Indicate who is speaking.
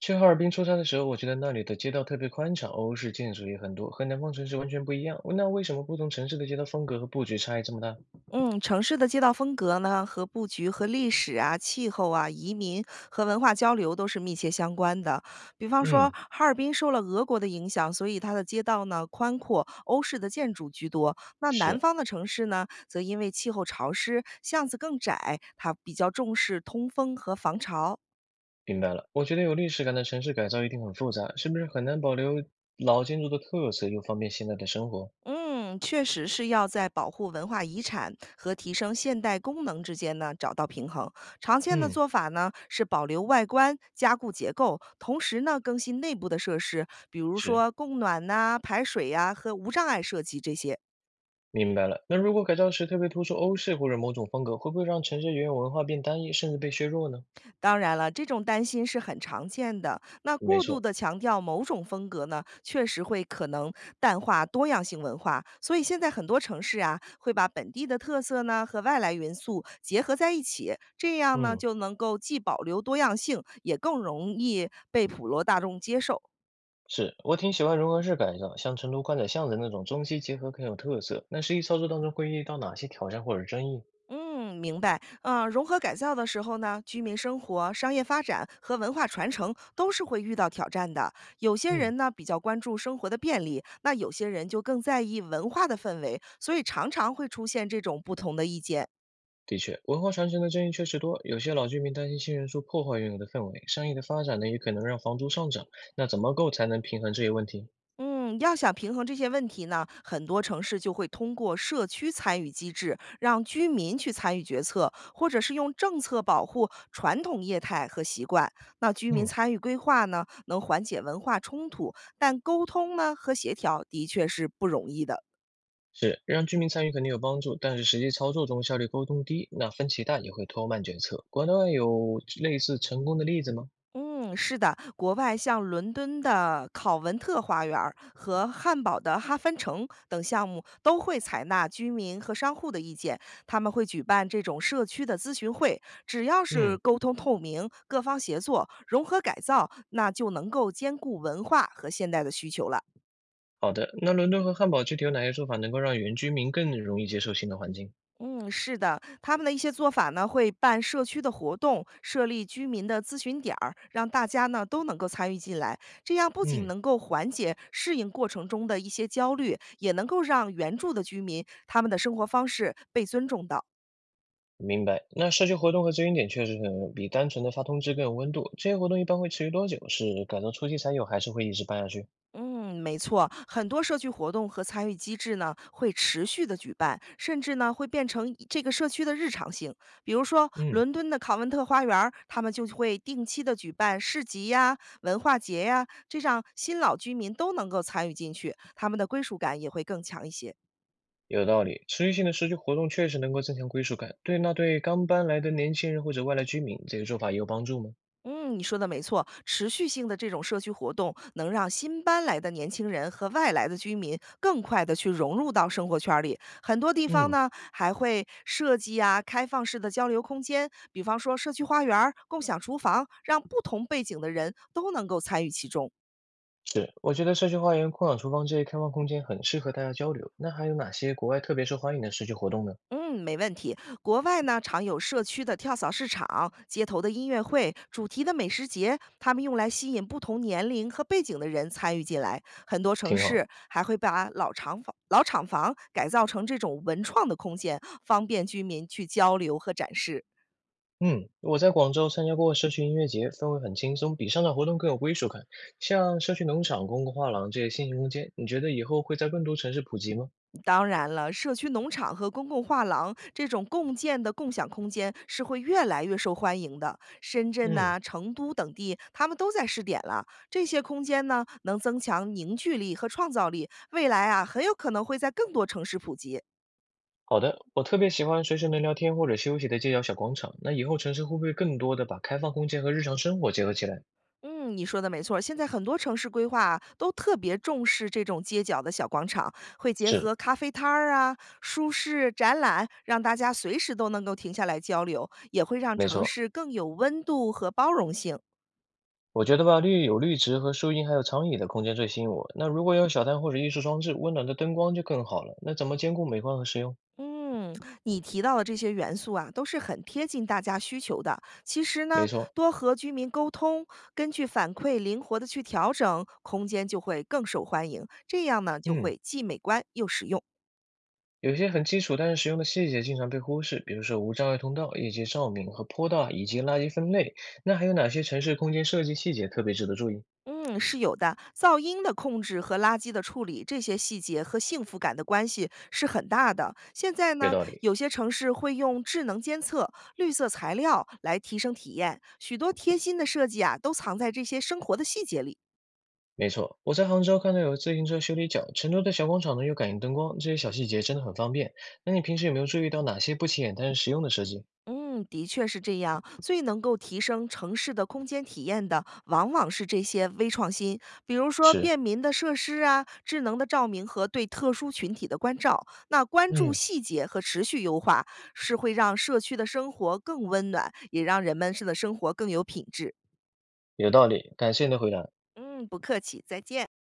Speaker 1: 去哈尔滨出差的时候，我觉得那里的街道特别宽敞，欧式建筑也很多，和南方城市完全不一样。那为什么不同城市的街道风格和布局差异这么大？
Speaker 2: 嗯，城市的街道风格呢，和布局、和历史啊、气候啊、移民和文化交流都是密切相关的。比方说，
Speaker 1: 嗯，
Speaker 2: 哈尔滨受了俄国的影响，所以它的街道呢宽阔，欧式的建筑居多。那南
Speaker 1: 是，
Speaker 2: 方的城市呢，则因为气候潮湿，巷子更窄，它比较重视通风和防潮。
Speaker 1: 明白了。我觉得有历史感的城市改造一定很复杂，是不是很难保留老建筑的特色，又方便现在的生活？
Speaker 2: 嗯，确实是要在保护文化遗产和提升现代功能之间呢找到平衡。常见的
Speaker 1: 嗯，
Speaker 2: 做法呢是保留外观、加固结构，同时呢更新内部的设施，比如
Speaker 1: 是，
Speaker 2: 说供暖呐、排水呀、和无障碍设计这些。
Speaker 1: 明白了。那如果改造时特别突出欧式或者某种风格，会不会让城市原有文化变单一，甚至被削弱呢？
Speaker 2: 当然了，这种担心是很常见的。那
Speaker 1: 没
Speaker 2: 过度
Speaker 1: 错，
Speaker 2: 的强调某种风格呢，确实会可能淡化多样性文化。所以现在很多城市啊，会把本地的特色呢和外来元素结合在一起，这样呢
Speaker 1: 嗯。
Speaker 2: 就能够既保留多样性，也更容易被普罗大众接受。
Speaker 1: 是，我挺喜欢融合式改造，像成都宽窄巷子那种中西结合很有特色。那实际操作当中会遇到哪些挑战或者争议？
Speaker 2: 嗯，明白。嗯、融合改造的时候呢，居民生活、商业发展和文化传承都是会遇到挑战的。有些
Speaker 1: 嗯，
Speaker 2: 人呢比较关注生活的便利，那有些人就更在意文化的氛围，所以常常会出现这种不同的意见。
Speaker 1: 的确，文化传承的争议确实多，有些老居民担心新元素破坏原有的氛围，商业的发展呢也可能让房租上涨。那怎么够才能平衡这些问题？
Speaker 2: 嗯，要想平衡这些问题呢，很多城市就会通过社区参与机制，让居民去参与决策，或者是用政策保护传统业态和习惯。那居民
Speaker 1: 嗯，
Speaker 2: 参与规划呢，能缓解文化冲突，但沟通呢和协调的确是不容易的。
Speaker 1: 是，让居民参与肯定有帮助，但是实际操作中效率沟通低，那分歧大也会拖慢决策。国内外有类似成功的例子吗？
Speaker 2: 嗯，是的，国外像伦敦的考文特花园儿和汉堡的哈芬城等项目都会采纳居民和商户的意见，他们会举办这种社区的咨询会，只要是
Speaker 1: 嗯，
Speaker 2: 沟通透明，各方协作，融合改造，那就能够兼顾文化和现代的需求了。
Speaker 1: 好的。那伦敦和汉堡具体有哪些做法能够让原居民更容易接受新的环境？
Speaker 2: 嗯，是的，他们的一些做法呢，会办社区的活动，设立居民的咨询点儿，让大家呢都能够参与进来。这样不仅
Speaker 1: 嗯，
Speaker 2: 能够缓解适应过程中的一些焦虑，也能够让原住的居民他们的生活方式被尊重到。
Speaker 1: 明白。那社区活动和咨询点确实可能比单纯的发通知更有温度。这些活动一般会持续多久？是改造初期才有，还是会一直办下去？
Speaker 2: 嗯，没错，很多社区活动和参与机制呢会持续的举办，甚至呢会变成一这个社区的日常性。比如说，
Speaker 1: 嗯，
Speaker 2: 伦敦的考文特花园儿他们就会定期的举办市集呀、文化节呀，这让新老居民都能够参与进去，他们的归属感也会更强一些。
Speaker 1: 有道理。持续性的社区活动确实能够增强归属感。对，那对刚搬来的年轻人或者外来居民，这个做法也有帮助吗？
Speaker 2: 嗯，你说的没错，持续性的这种社区活动能让新搬来的年轻人和外来的居民更快的去融入到生活圈儿里。很多地方
Speaker 1: 嗯，
Speaker 2: 呢还会设计啊开放式的交流空间，比方说社区花园儿、共享厨房，让不同背景的人都能够参与其中。
Speaker 1: 是。我觉得社区花园、共享厨房这些开放空间很适合大家交流。那还有哪些国外特别受欢迎的社区活动呢？
Speaker 2: 嗯，没问题。国外呢，常有社区的跳蚤市场、街头的音乐会、主题的美食节，他们用来吸引不同年龄和背景的人参与进来。很多城
Speaker 1: 挺好。
Speaker 2: 市还会把老厂房改造成这种文创的空间，方便居民去交流和展示。
Speaker 1: 嗯，我在广州参加过社区音乐节，氛围很轻松，比商场活动更有归属感。像社区农场、公共画廊这些新型空间，你觉得以后会在更多城市普及吗？
Speaker 2: 当然了，社区农场和公共画廊这种共建的共享空间是会越来越受欢迎的。深圳
Speaker 1: 嗯，
Speaker 2: 呐、成都等地，他们都在试点了。这些空间呢，能增强凝聚力和创造力，未来啊，很有可能会在更多城市普及。
Speaker 1: 好的，我特别喜欢随时能聊天或者休息的街角小广场。那以后城市会不会更多的把开放空间和日常生活结合起来？
Speaker 2: 嗯，你说的没错儿现在很多城市规划啊都特别重视这种街角的小广场，会结合
Speaker 1: 是，
Speaker 2: 咖啡摊儿啊、舒适展览，让大家随时都能够停下来交流，也会让
Speaker 1: 没
Speaker 2: 城
Speaker 1: 错。
Speaker 2: 市更有温度和包容性。
Speaker 1: 我觉得吧，绿有绿植和树荫，还有长椅的空间最吸引我。那如果有小摊或者艺术装置，温暖的灯光就更好了。那怎么兼顾美观和实用？
Speaker 2: 嗯，你提到的这些元素啊，都是很贴近大家需求的。其实呢，
Speaker 1: 没错，
Speaker 2: 多和居民沟通，根据反馈灵活的去调整，空间就会更受欢迎。这样呢，就
Speaker 1: 嗯。
Speaker 2: 会既美观又实用。
Speaker 1: 有些很基础但是实用的细节经常被忽视，比如说无障碍通道、以及照明和坡道以及垃圾分类。那还有哪些城市空间设计细节特别值得注意？
Speaker 2: 嗯，是有的。噪音的控制和垃圾的处理，这些细节和幸福感的关系是很大的。现在
Speaker 1: 有
Speaker 2: 呢，
Speaker 1: 道理，
Speaker 2: 有些城市会用智能监测、绿色材料来提升体验，许多贴心的设计啊，都藏在这些生活的细节里。
Speaker 1: 没错。我在杭州看到有自行车修理角，成都的小广场呢有感应灯光，这些小细节真的很方便。那你平时有没有注意到哪些不起眼但是实用的设计？
Speaker 2: 嗯，的确是这样。最能够提升城市的空间体验的，往往是这些微创新，比如说
Speaker 1: 是，
Speaker 2: 便民的设施啊、智能的照明和对特殊群体的关照。那关注
Speaker 1: 嗯，
Speaker 2: 细节和持续优化，是会让社区的生活更温暖，也让人们是的生活更有品质。
Speaker 1: 有道理，感谢你的回答。
Speaker 2: 嗯，不客气，再见。